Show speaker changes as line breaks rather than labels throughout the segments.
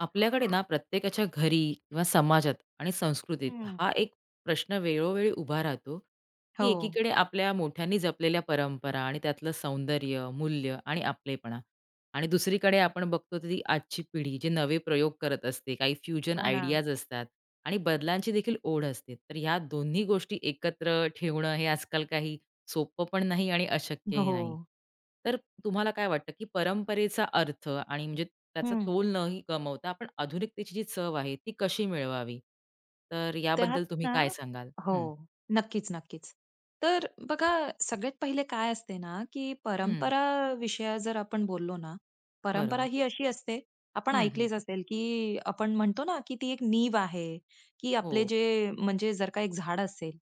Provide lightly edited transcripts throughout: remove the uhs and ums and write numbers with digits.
आपल्याकडे ना प्रत्येकाच्या घरी किंवा समाजात आणि संस्कृतीत
हं.
हा एक प्रश्न वेळोवेळी उभा राहतो की
हो.
एकीकडे आपल्या मोठ्यांनी जपलेल्या परंपरा आणि त्यातलं सौंदर्य मूल्य आणि आपलेपणा आणि दुसरीकडे आपण बघतो ती आजची पिढी जे नवे प्रयोग करत असते, काही फ्युजन
हो ना.
आयडियाज असतात आणि बदलांची देखील ओढ असते. तर ह्या दोन्ही गोष्टी एकत्र ठेवणं हे आजकाल काही सोपं पण नाही आणि अशक्यही नाही.
हो.
तर तुम्हाला काय वाटतं, की परंपरेचा अर्थ आणि म्हणजे त्याचा
हं.
तोल नही गमावता आपण आधुनिकतेची जी चव आहे, ती कशी मिळवावी? तर
त्यात
याबद्दल तुम्ही
ना.
काय सांगाल?
हो.
हं,
नक्कीच, नक्कीच. तर बघा, सगळ्यात पहिले काय असते ना, की
हं.
परंपरा विषया जर आपण बोललो ना, परंपरा
बरोबर.
ही अशी असते. आपण
हं, हं.
ऐकलीच असेल, की आपण म्हणतो ना, की ती एक नीव आहे, की आपले
हो.
जे म्हणजे जर का एक झाड असेल,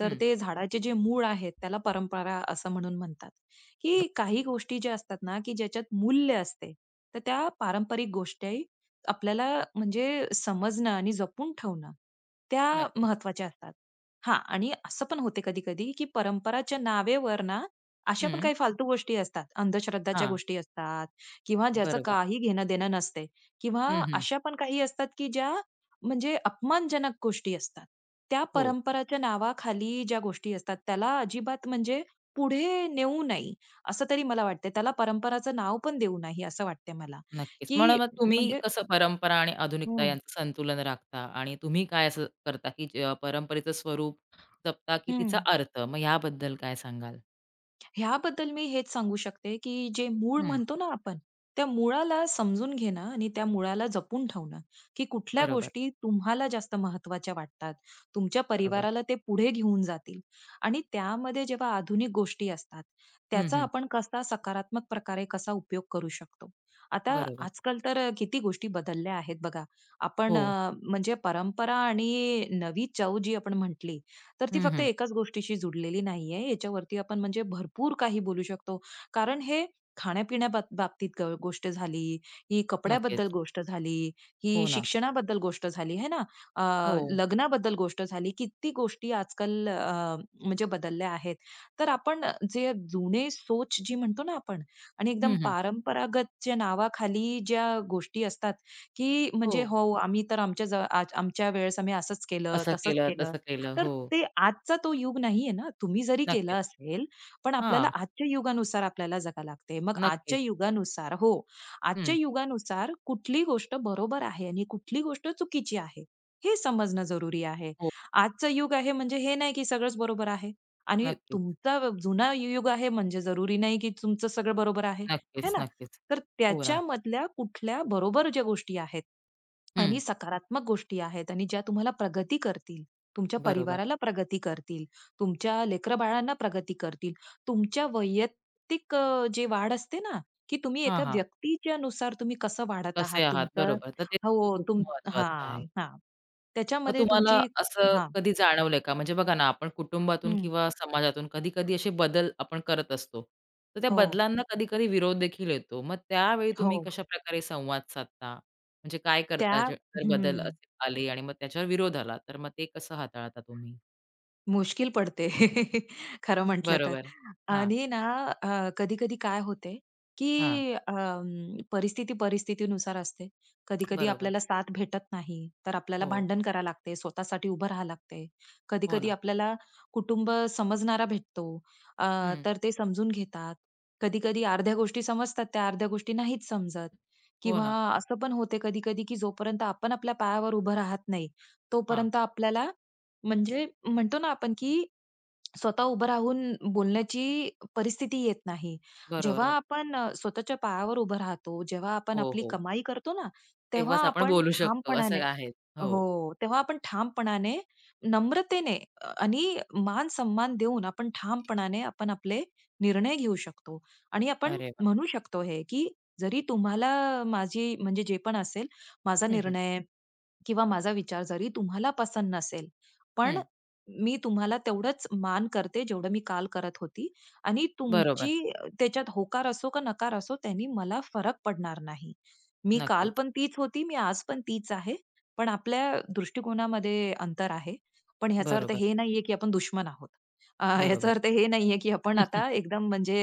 तर
हं.
ते झाडाचे जे मूळ आहेत, त्याला परंपरा असं म्हणून म्हणतात, की काही गोष्टी ज्या असतात ना, की ज्याच्यात मूल्य असते, तर त्या पारंपरिक गोष्टी आपल्याला म्हणजे समजणं आणि जपून ठेवणं त्या
नक्कीच.
महत्वाच्या असतात. हां, आणि असं पण होते कधी-कधी, की परंपराच्या नावेवर ना, अशा पण
हं.
काही फालतू गोष्टी असतात. अंधश्रद्धाच्या
हां.
गोष्टी असतात किंवा ज्याचं
बरोबर.
काही घेणं-देणं नसते किंवा
हं, हं.
अशा पण काही असतात, की ज्या म्हणजे अपमानजनक गोष्टी असतात. त्या
हो.
परंपराच्या नावाखाली ज्या गोष्टी असतात, त्याला अजिबात म्हणजे पुढे नेऊ नाही, असं तरी मला वाटते. त्याला परंपराचं नाव पण देऊ नाही, असं वाटते मला,
नक्कीच. म्हणून
की
मग तुम्ही
म्हणजे
कसं परंपरा आणि आधुनिकता
हं,
यांचं संतुलन राखता आणि तुम्ही काय असं करता, की परंपरेचं स्वरूप जपता, की तिचा
हं.
अर्थ? मग याबद्दल काय सांगाल?
ह्याबद्दल मी हेच सांगू शकते, की जे मूळ
हं.
म्हणतो ना आपण, त्या मुळाला समजून घेणं आणि त्या मुळाला जपून ठेवणं, की कुठल्या
बरोबर,
गोष्टी तुम्हाला जास्त महत्त्वाच्या वाटतात. तुमच्या
बरोबर.
परिवाराला ते पुढे घेऊन जातील. आणि त्यामध्ये जेव्हा आधुनिक गोष्टी असतात,
हं,
त्याचा
हं.
आपण कसा सकारात्मक प्रकारे कसा उपयोग करू शकतो. आता
बरोबर.
आजकाल तर किती गोष्टी बदलल्या आहेत बघा. आपण
हो.
म्हणजे परंपरा आणि नवी चव जी आपण म्हटली, तर ती
हं,
फक्त
हं.
एकाच गोष्टीशी जुडलेली नाहीये. याच्यावरती आपण म्हणजे भरपूर काही बोलू शकतो. कारण हे खाण्यापिण्या बाबतीत गोष्ट झाली, ही कपड्याबद्दल
नक्कीच.
गोष्ट झाली, ही
हो ना.
शिक्षणाबद्दल गोष्ट झाली, है ना?
हो.
लग्नाबद्दल गोष्ट झाली. किती गोष्टी आजकाल म्हणजे बदलल्या आहेत. तर आपण जे जुने सोच जी म्हणतो ना आपण आणि
हं,
एकदम
हं.
परंपरागतच्या नावाखाली ज्या गोष्टी असतात, की
हो.
म्हणजे हो, आम्ही तर आमच्या आमच्या वेळेस आम्ही असंच केलं,
असं
तसंच
केलं,
केलं.
तसं केलं.
तर
हो.
ते आजचा तो युग नाहीये ना. तुम्ही जरी केलं
नक्कीच.
असेल, पण आपल्याला
हां.
आजच्या युगानुसार आपल्याला जगा लागते. मग
नक्कीच.
आजच्या युगानुसार हो, आजच्या
हं.
युगानुसार कुठली गोष्ट बरोबर आहे आणि कुठली गोष्ट चुकीची आहे, हे समजणं जरुरी आहे.
हो.
आजचं युग आहे म्हणजे हे नाही की सगळंच बरोबर आहे आणि
नक्कीच,
तुमचा जुना युग आहे म्हणजे जरुरी नाही की तुमचं सगळं बरोबर आहे. है
नक्कीच,
ना?
नक्कीच.
तर
हो ना.
त्याच्यामधल्या कुठल्या बरोबर ज्या गोष्टी आहेत आणि
हं.
सकारात्मक गोष्टी आहेत आणि ज्या तुम्हाला प्रगती करतील, तुमच्या
बरोबर.
परिवाराला प्रगती करतील, तुमच्या लेकरबाळांना प्रगती करतील, तुमच्या वैयक्तिक जे वाढ असते ना, की तुम्ही
हां,
एका
हां.
व्यक्तीच्या नुसार तुम्ही कसं वाढत
कसे
आहात
आहात?
तुमचं
बरोबर. तर ते
हो,
खूप
तुम
महत्वाचं आहे.
हां, हां.
मग
त्याच्यामध्ये
तुम्हाला
तुमची
असं
हां.
कधी जाणवलंय का? म्हणजे बघा ना, आपण कुटुंबातून
हं.
किंवा समाजातून कधी-कधी असे बदल आपण करत असतो. तर त्या
हो,
बदलांना कधी-कधी विरोध देखील येतो. मग त्यावेळी तुम्ही
हो.
कशा कशाप्रकारे संवाद साधता? म्हणजे काय
त्या
करता जे जर
हं.
बदल असे आले आणि मग त्याच्यावर विरोध आला, तर मग ते कसं हाताळता तुम्ही?
मुश्किल पडते. खरं म्हटलं तर.
बरोबर. हां,
आणि ना अ, कधी-कधी काय होते,
हां.
की परिस्थितीनुसार असते. कधी-कधी
बरोबर.
आपल्याला साथ भेटत नाही, तर आपल्याला
हो,
भांडण करा लागते, स्वतःसाठी उभं राहावं लागते.
हो
कधी-कधी
ना.
आपल्याला कुटुंब समजणारा भेटतो, अ,
हं.
तर ते समजून घेतात. कधी-कधी अर्ध्या गोष्टी समजतात, त्या अर्ध्या गोष्टी नाहीच समजत
हो
किंवा
ना.
असं पण होते कधी-कधी, की जोपर्यंत आपण आपल्या पायावर उभं राहत नाही,
हां.
तोपर्यंत आपल्याला म्हणजे म्हणतो ना आपण, की स्वतः उभं राहून बोलण्याची परिस्थिती येत नाही.
बरोबर.
जेव्हा आपण स्वतःच्या पायावर उभं राहतो, जेव्हा आपण
हो,
आपली
हो.
कमाई करतो ना, तेव्हा
तेव्हाच आपण
आपण
बोलू शकतो
ठामपणाने
असं आहे. हो.
हो, तेव्हा आपण ठामपणाने, नम्रतेने आणि मान-सन्मान देऊन आपण ठामपणाने आपण आपले निर्णय घेऊ शकतो. आणि आपण
अरे वाह!
म्हणू शकतो हे, की जरी तुम्हाला माझी म्हणजे जे पण असेल माझा
हं, हं.
निर्णय किंवा माझा विचार जरी तुम्हाला पसंत नसेल, पण
हं.
मी तुम्हाला तेवढंच मान करते जेवढं मी काल करत होती आणि
बरोबर.
तुमची त्याच्यात होकार असो का नकार असो त्यानी मला फरक पडणार नाही. मी काल
नक्कीच.
पण तीच होती, मी आज पण तीच आहे. पण आपल्या दृष्टिकोनामध्ये अंतर आहे. पण ह्याचा अर्थ
बरोबर.
हे नाहीये, की आपण दुश्मन आहोत. ह्याचा
बरोबर.
अर्थ हे नाहीये, की आपण आता एकदम म्हणजे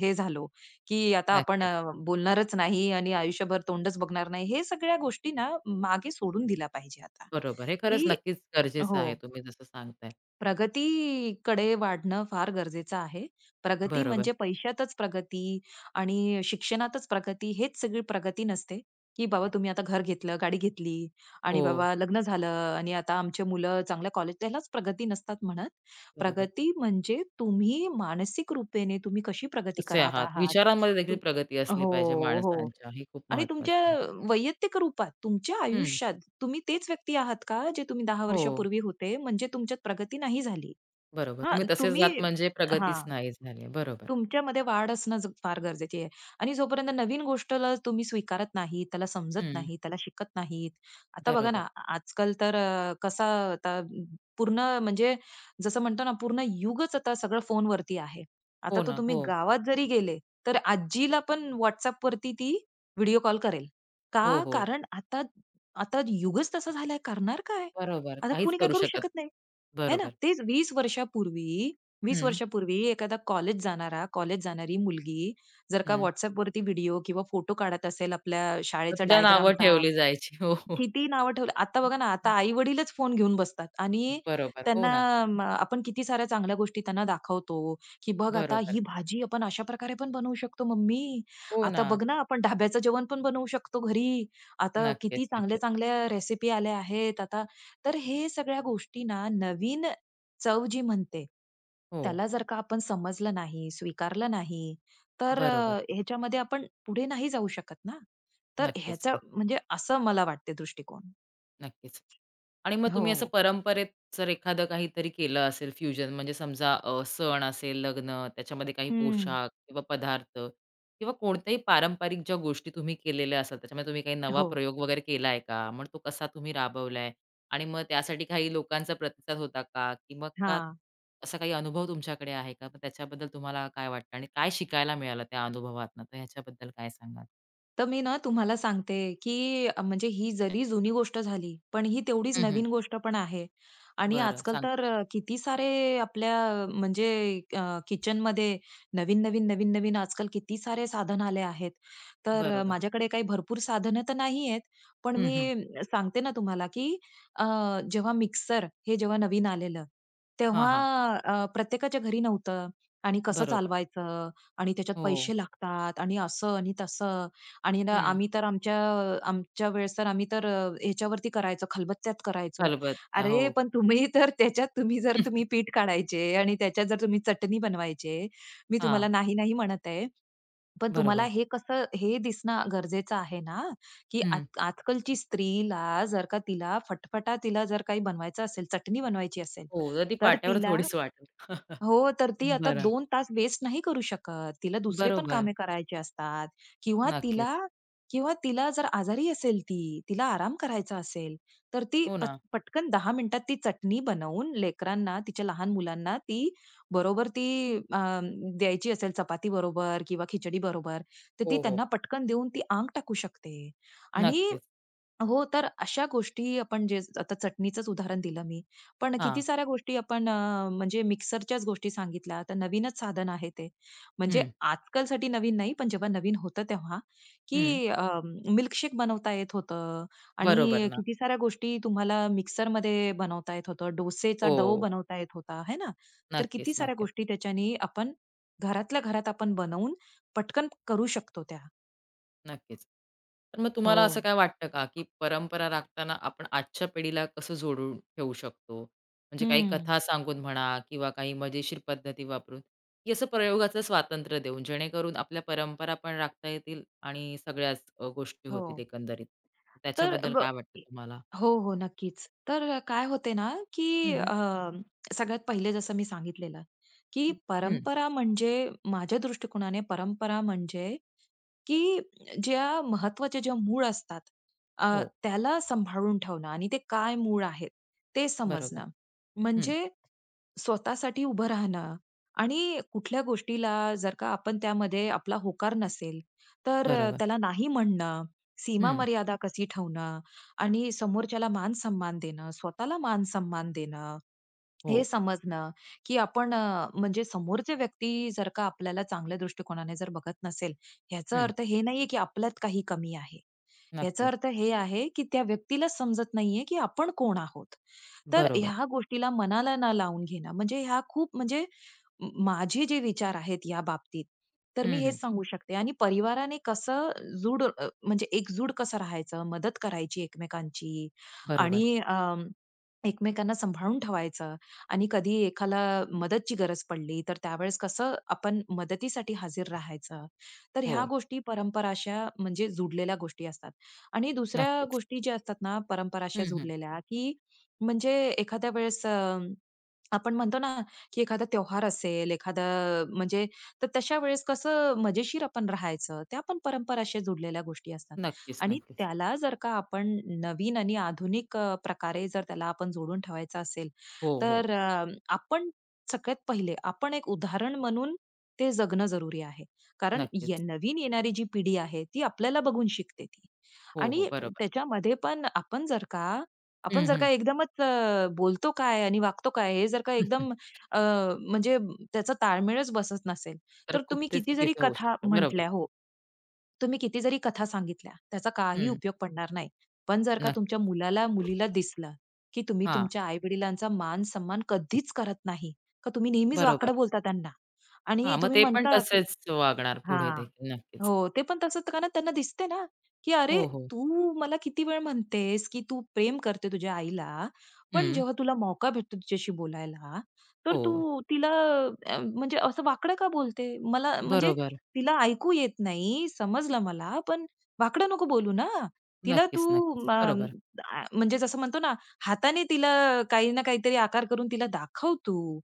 हे झालो, की आता आपण
नक्कीच.
बोलणारच नाही आणि आयुष्यभर तोंडच बघणार नाही. हे सगळ्या गोष्टी ना मागे सोडून दिल्या पाहिजे आता.
बरोबर. हे खरंच
की
नक्कीच गरजेचं
हो.
आहे तुम्ही जसं सांगताय.
प्रगतीकडे वाढणं फार गरजेचं आहे. प्रगती
बरोबर.
म्हणजे पैशातच प्रगती आणि शिक्षणातच प्रगती हेच सगळी प्रगती नसते, की बाबा तुम्ही आता घर घेतलं, गाडी घेतली आणि
हो,
बाबा लग्न झालं आणि आता आमचे मुलं चांगल्या कॉलेज त्यालाच प्रगती नसतात म्हणत.
बरोबर.
प्रगती म्हणजे तुम्ही मानसिक रूपेने तुम्ही कशी प्रगती
कसे
करत
आहात?
आहात.
विचारांमध्ये देखील
तू
प्रगती असली
हो,
पाहिजे
हो.
माणसांच्या. हे खूप
आणि तुमच्या
महत्वाचं आहे.
वैयक्तिक रूपात, तुमच्या
हं.
आयुष्यात तुम्ही तेच व्यक्ती आहात का, जे तुम्ही 10
हो,
वर्षापूर्वी होते? म्हणजे तुमच्यात प्रगती नाही झाली.
बरोबर.
हां,
तुम्ही तसेच
तुम्ही
जात म्हणजे प्रगतीच
हां.
नाही झाली. बरोबर.
तुमच्यामध्ये वाढ असणं फार गरजेची आहे आणि जोपर्यंत नवीन गोष्टला तुम्ही स्वीकारत नाही, त्याला समजत
हं.
नाही, त्याला शिकत नाहीत. आता बघा ना,
बरोबर.
आजकाल तर कसा आता पूर्ण म्हणजे जसं म्हणतो ना, पूर्ण युगच आता सगळं फोनवरती आहे. आता
हो
तो
ना.
तुम्ही
हो.
गावात जरी गेले, तर आजीला पण व्हॉट्सअप वरती ती व्हिडिओ कॉल करेल, का
हो, हो.
कारण आता आता युगच तसा झालाय, करणार काय?
बरोबर.
आता
काहीच
कोणी काय
करू
करू
शकत
शकत नाही. है ना?
बरोबर.
तेच 20 वर्षापूर्वी, 20
हं,
वर्षापूर्वी एखादा कॉलेज जाणारा, कॉलेज जाणारी मुलगी जर का
हं.
WhatsAppवरती व्हिडिओ किंवा फोटो काढत असेल आपल्या
तर
शाळेचा
तिला नावं
डायग्रामचा,
ठेवली जायची. हो, हो.
किती नावं ठेवलं. आता बघा ना, आता आई-वडीलच फोन घेऊन बसतात आणि
बरोबर. हो
त्यांना
ना.
आपण किती साऱ्या चांगल्या गोष्टी त्यांना दाखवतो, की बघ आता
बरोबर.
ही भाजी आपण अशा प्रकारे पण बनवू शकतो मम्मी.
हो
आता
ना.
बघ ना, आपण ढाब्याचं जेवण पण बनवू शकतो घरी. आता
नक्कीच,
किती
नक्कीच.
चांगल्या-चांगल्या रेसिपी आल्या आहेत आता. तर हे सगळ्या गोष्टी ना, नवीन चव जी म्हणते,
हो,
त्याला जर का आपण समजलं नाही, स्वीकारलं नाही, तर
बरोबर.
ह्याच्यामध्ये आपण पुढे नाही जाऊ शकत ना. तर
नक्कीच,
ह्याचा
नक्कीच,
म्हणजे असं मला वाटते दृष्टिकोन.
नक्कीच. आणि मग तुम्ही असं
हो.
परंपरेत जर एखादं काहीतरी केलं असेल फ्युजन म्हणजे समजा सण असेल, लग्न, त्याच्यामध्ये काही
हं.
पोशाख किंवा पदार्थ किंवा कोणत्याही पारंपरिक ज्या गोष्टी तुम्ही केलेल्या असाल, त्याच्यामध्ये तुम्ही काही नवा
हो.
प्रयोग वगैरे केलाय का? मग तो कसा तुम्ही राबवलाय? आणि मग त्यासाठी काही लोकांचा प्रतिसाद होता का? की मग का
हां.
असा काही अनुभव तुमच्याकडे आहे का? मग त्याच्याबद्दल तुम्हाला काय वाटतं आणि काय शिकायला मिळालं त्या अनुभवातनं? तर ह्याच्याबद्दल काय सांगाल?
तर मी ना तुम्हाला सांगते, की म्हणजे ही जरी जुनी गोष्ट झाली, पण ही तेवढीच
हं, हं.
नवीन गोष्ट पण आहे. आणि
बरं,
आजकाल
सांगा.
तर किती सारे आपल्या म्हणजे अ, किचनमध्ये नवीन-नवीन आजकाल किती सारे साधन आले आहेत. तर
बरोबर.
माझ्याकडे काही भरपूर साधनं तर नाही आहेत, पण
हं, हं.
मी सांगते ना तुम्हाला, की अ, जेव्हा मिक्सर हे जेव्हा नवीन आलेलं,
हां,
तेव्हा
हां.
प्रत्येकाच्या घरी नव्हतं आणि कसं
बरोबर.
चालवायचं आणि त्याच्यात
हो.
पैसे लागतात आणि असं आणि तसं. आणि ना
हं.
आम्ही तर आमच्या आमच्या वेळेस तर आम्ही तर ह्याच्यावरती करायचो, खलबत्त्यात करायचो.
खलबत्त्या. हो.
अरे, पण तुम्ही तर त्याच्यात तुम्ही जर तुम्ही पीठ काढायचे आणि त्याच्यात जर तुम्ही चटणी बनवायचे. मी
हां.
तुम्हाला नाही, नाही म्हणत आहे. पण तुम्हाला
बरोबर.
हे कसं हे दिसणं गरजेचं आहे ना, की आज
हं.
आजकालची स्त्रीला जर का तिला फटफटा तिला जर काही बनवायचं असेल, चटणी बनवायची असेल,
हो, तर ती
तर
पाट्यावर
तिला
थोडीच वाटेल.
हो, तर ती आता
बरं.
दोन तास वेस्ट नाही करू शकत. तिला दुसरे पण
बरोबर.
कामे करायचे असतात किंवा
नक्कीच.
तिला किंवा तिला जर आजारी असेल ती, तिला आराम करायचा असेल, तर ती
हो ना.
पटकन 10 मिनिटात ती चटणी बनवून लेकरांना, तिच्या लहान मुलांना ती बरोबर ती द्यायची असेल चपाती बरोबर किंवा खिचडी बरोबर, तर ती
हो, हो.
त्यांना पटकन देऊन ती अंग टाकू शकते. आणि
नक्कीच.
हो, तर अशा गोष्टी आपण जे आता चटणीचंच उदाहरण दिलं मी. पण किती
हां.
साऱ्या गोष्टी आपण म्हणजे मिक्सरच्याच गोष्टी सांगितल्या. तर नवीनच साधन आहे ते. म्हणजे
हं.
आजकालसाठी नवीन नाही, पण जेव्हा नवीन होतं तेव्हा,
हं.
की मिल्कशेक बनवता येत होतं
बरोबर
आणि
ना.
किती साऱ्या गोष्टी तुम्हाला मिक्सरमध्ये बनवता येत होतं. डोसेचा डो
हो.
बनवता येत होता, है ना? तर
नक्कीच,
किती साऱ्या
नक्कीच.
गोष्टी त्याच्याने आपण घरातल्या घरात आपण बनवून पटकन करू शकतो त्या.
नक्कीच. तर मग तुम्हाला असं
हो.
काय वाटतं का, की परंपरा राखताना आपण आजच्या पिढीला कसं जोडून ठेवू शकतो? म्हणजे काही
हं.
कथा सांगून म्हणा किंवा काही मजेशीर पद्धती वापरून, की असं प्रयोगाचं स्वातंत्र्य देऊन, जेणेकरून आपल्या परंपरा पण राखता येतील आणि सगळ्याच गोष्टी
हो.
होतील एकंदरीत.
तर
त्याच्याबद्दल
ब
काय वाटतं तुम्हाला?
हो, हो. नक्कीच. तर काय होते ना, की
हं, हं,
अ, सगळ्यात पहिले जसं मी सांगितलेलं, की परंपरा म्हणजे माझ्या दृष्टिकोनाने परंपरा म्हणजे की ज्या महत्त्वाच्या ज्या मूळ असतात, अ,
हो,
त्याला सांभाळून ठेवणं आणि ते काय मूळ आहेत ते
बरोबर.
समजणं.
हं,
म्हणजे स्वतःसाठी उभं राहणं आणि कुठल्या गोष्टीला जर का आपण त्यामध्ये आपला होकार नसेल, तर
बरोबर.
त्याला नाही म्हणणं,
हं,
सीमा-मर्यादा कशी ठेवणं आणि समोरच्याला मान-सन्मान देणं, स्वतःला मान-सन्मान देणं.
हो.
हे समजणं, की आपण म्हणजे समोरची व्यक्ती जर का आपल्याला चांगल्या दृष्टिकोनाने जर बघत नसेल, ह्याचा
हं,
अर्थ हे नाहीये, की आपल्यात काही कमी आहे. याचा
नक्कीच.
अर्थ हे आहे, की त्या व्यक्तीला समजत नाहीये, की आपण कोण आहोत. तर
बरोबर.
ह्या गोष्टीला मनाला ना लावून घेणं, म्हणजे ह्या खूप म्हणजे माझे जे विचार आहेत या बाबतीत, तर मी
हं, हं.
हेच सांगू शकते आणि परिवाराने कसं म्हणजे एकजूड कसं राहायचं, मदत करायची एकमेकांची
बरोबर.
आणि एकमेकांना सांभाळून ठेवायचं आणि कधी एकाला मदतची गरज पडली तर त्यावेळेस कसं आपण मदतीसाठी हजर राहायचं. तर
हो,
ह्या गोष्टी परंपरा अशा म्हणजे जुडलेल्या गोष्टी असतात. आणि दुसऱ्या
नक्कीच.
गोष्टी ज्या असतात ना परंपरा
हं,
अशा
हं.
जुडलेल्या, की म्हणजे एखाद्या वेळेस आपण म्हणतो ना, की एखादा त्योहार असेल, एखादा म्हणजे तर तशा वेळेस कसं मजेशीर आपण राहायचं, त्या पण परंपरा जुडलेल्या गोष्टी असतात.
नक्कीच,
आणि
नक्कीच.
त्याला जर का आपण नवीन आणि आधुनिक प्रकारे जर त्याला आपण जोडून ठेवायचं असेल,
हो, हो.
तर आपण सगळ्यात पहिले आपण एक उदाहरण म्हणून ते जगणं जरुरी आहे. कारण ये
नक्कीच.
नवीन येणारी जी पिढी आहे, ती आपल्याला बघून शिकते ती.
हो,
आणि
हो. बरोबर.
त्याच्यामध्ये पण आपण जर का आपण
हं,
जर
हं.
का एकदमच बोलतो काय आणि वागतो काय हे जर का एकदम म्हणजे त्याचा ताळमेळच बसत नसेल,
तर
तर
खूप
तुम्ही
ते
किती जरी
चुकीचं होऊ
कथा
शकतं. बरोबर.
म्हटल्या हो. तुम्ही किती जरी कथा सांगितल्या, त्याचा काही
हं.
उपयोग पडणार नाही. पण जर का
नक्कीच.
तुमच्या मुलाला, मुलीला दिसलं, की तुम्ही
हां.
तुमच्या आई-वडिलांचा मान-सन्मान कधीच करत नाही, का तुम्ही नेहमीच वाकडं
बरोबर.
बोलता त्यांना
हां,
आणि
मग
तुम्ही
ते पण
म्हणता, की
तसेच वागणार पुढे
हां.
देखील. नक्कीच.
हो, ते पण तसंच कारण त्यांना दिसते ना, की "अरे,
हो, हो.
तू मला किती वेळ म्हणतेस, की तू प्रेम करते तुझ्या आईला, पण
हं.
जेव्हा तुला मौका भेटतो तिच्याशी बोलायला, तर
हो.
तू तिला म्हणजे असं वाकडं का बोलते? मला म्हणजे
बरोबर.
तिला ऐकू येत नाही, समजलं मला, पण वाकडं नको बोलू ना. तिला तू
नक्कीच, नक्कीच. बरोबर.
म्हणजे जसं म्हणतो ना, हाताने तिला काही ना काहीतरी आकार करून तिला दाखव तू.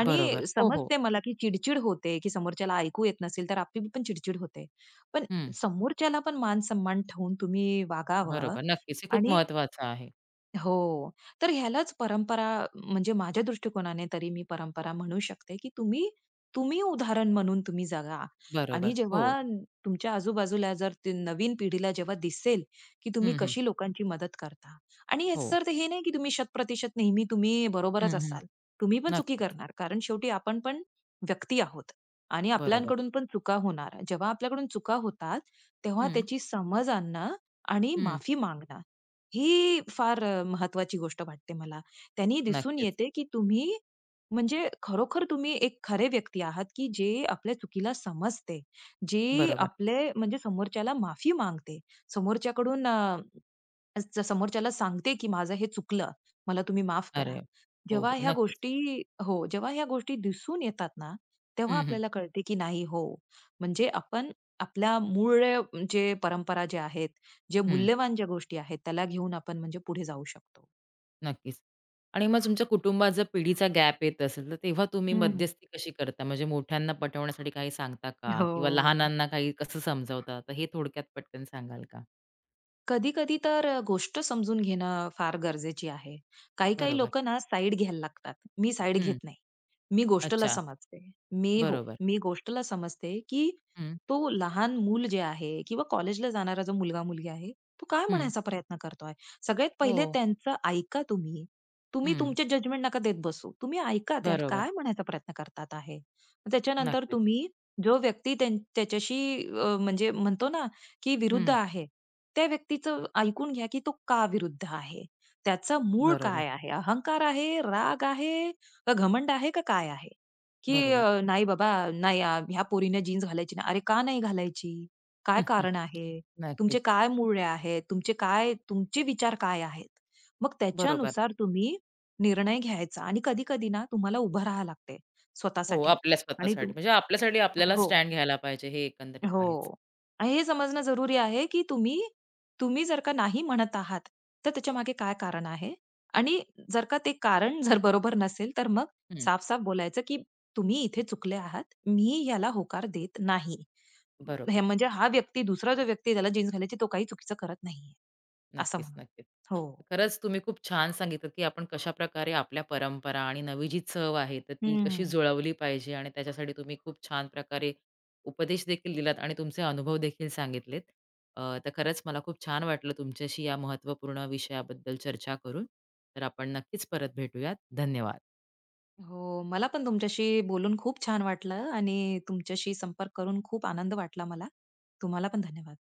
आणि
बरोबर. हो, हो.
समजते मला, की चिडचिड होते, की समोरच्याला ऐकू येत नसेल, तर आपली पण चिडचिड होते. पण
हं.
समोरच्याला पण मान-सन्मान ठेवून तुम्ही वागावं
बरोबर. नक्कीच. हे खूप
आणि
महत्वाचं आहे.
हो. तर ह्यालाच परंपरा म्हणजे माझ्या दृष्टिकोनाने तरी मी परंपरा म्हणू शकते, की तुम्ही तुम्ही उदाहरण म्हणून तुम्ही जगा आणि
बरोबर. हो.
जेव्हा तुमच्या आजूबाजूला जर ते नवीन पिढीला जेव्हा दिसेल, की तुम्ही
हं, हं.
कशी लोकांची मदत करता आणि
हो.
याचं अर्थ हे नाही, की तुम्ही शतप्रतिशत नेहमी तुम्ही
हं,
बरोबरच
हं.
असाल. तुम्ही पण चुकी
नक्कीच.
करणार. कारण शेवटी आपण पण व्यक्ती आहोत आणि
बरोबर.
आपल्याकडून पण चुका होणार. जेव्हा आपल्याकडून चुका होतात, तेव्हा
हं,
त्याची समज आणणं आणि
हं.
माफी मागणं ही फार महत्वाची गोष्ट वाटते मला. त्यांनी दिसून
नक्कीच.
येते, की तुम्ही म्हणजे खरोखर तुम्ही एक खरे व्यक्ती आहात, की जे आपल्या चुकीला समजते. जे
बरोबर.
आपले म्हणजे समोरच्याला माफी मागते. समोरच्याकडून समोरच्याला सांगते, की माझं हे चुकलं, मला तुम्ही माफ करा.
अरे! हो,
जेव्हा
हो.
ह्या
नक्कीच.
गोष्टी हो, जेव्हा ह्या गोष्टी दिसून येतात ना, तेव्हा
हं, हं.
आपल्याला कळते, की नाही हो, म्हणजे आपण आपल्या मूळ जे परंपरा ज्या आहेत, जे
हं.
मूल्यवान ज्या गोष्टी आहेत, त्याला घेऊन आपण म्हणजे पुढे जाऊ शकतो.
नक्कीच. आणि मग तुमच्या कुटुंबात जर पिढीचा गॅप येत असेल, तर तेव्हा तुम्ही
हं.
मध्यस्थी कशी करता? म्हणजे मोठ्यांना पटवण्यासाठी काही सांगता का?
हो.
किंवा लहानांना काही कसं समजवता? तर हे थोडक्यात पटकन सांगाल का?
कधी-कधी तर गोष्ट समजून घेणं फार गरजेची आहे. काही-काही
बरोबर.
लोकं ना साईड घ्यायला लागतात. मी साईड
हं.
घेत नाही. मी गोष्टला
अच्छा.
समजते. मी हो,
बरोबर.
मी गोष्टला समजते, की
हं,
तो लहान मूल जे आहे किंवा कॉलेजला जाणारा जो मुलगा-मुलगी आहे, तो काय
हं.
म्हणायचा प्रयत्न करतोय? सगळ्यात
हो.
पहिले त्यांचं ऐका तुम्ही. तुम्ही
हं.
तुमचे जजमेंट नका देत बसू. तुम्ही ऐका त्यात
बरोबर.
काय म्हणायचा प्रयत्न करतात आहे. त्याच्यानंतर
नक्कीच.
तुम्ही जो व्यक्ती त्याच्याशी म्हणजे म्हणतो ना, की विरुद्ध
हं.
आहे, त्या व्यक्तीचं ऐकून घ्या, की तो का विरुद्ध आहे? त्याचं मूळ
बरोबर,
काय आहे? अहंकार आहे, राग आहे, का घमंड आहे, का काय आहे? की
बरोबर.
"नाही बाबा, नाही ह्या पोरीने जीन्स घालायची ना? "अरे, का नाही घालायची? काय
हं, हं.
कारण आहे? तुमचे
नक्कीच.
काय मूल्य आहेत? तुमचे काय तुमचे विचार काय आहेत?" मग
बरोबर.
त्याच्यानुसार तुम्ही निर्णय घ्यायचा आणि कधी-कधी ना तुम्हाला उभं राहावं लागते
हो,
स्वतःसाठी.
आपल्या
आणि
स्वतःसाठी.
तू
म्हणजे आपल्यासाठी आपल्याला
हो.
स्टँड घ्यायला पाहिजे, हे एकंदरीत आहेच.
हो. आणि हे समजणं जरुरी आहे, की तुम्ही तुम्ही जर का नाही म्हणत आहात, तर त्याच्यामागे काय कारण आहे? आणि जर का ते कारण जर बरोबर नसेल, तर मग
हं.
साफ-साफ बोलायचं, की तुम्ही इथे चुकले आहात. मी याला होकार देत नाही. हे
बरोबर.
म्हणजे हा व्यक्ती, दुसरा जो व्यक्ती त्याला जीन्स घालायची, तो काही चुकीचं करत नाहीये, असं
नक्कीच,
म्हणून.
नक्कीच.
हो.
खरंच तुम्ही खूप छान सांगितलं, की आपण कशाप्रकारे आपल्या परंपरा आणि नवी जी चव आहे, तर ती कशी
हं.
जुळवली पाहिजे आणि त्याच्यासाठी तुम्ही खूप छान प्रकारे उपदेश देखील दिलात आणि तुमचे अनुभव देखील सांगितलेत. तर खरंच मला खूप छान वाटलं तुमच्याशी या महत्त्वपूर्ण विषयाबद्दल चर्चा करून. तर आपण नक्कीच परत भेटूयात. धन्यवाद.
हो. मला पण तुमच्याशी बोलून खूप छान वाटलं आणि तुमच्याशी संपर्क करून खूप आनंद वाटला मला. तुम्हाला पण धन्यवाद.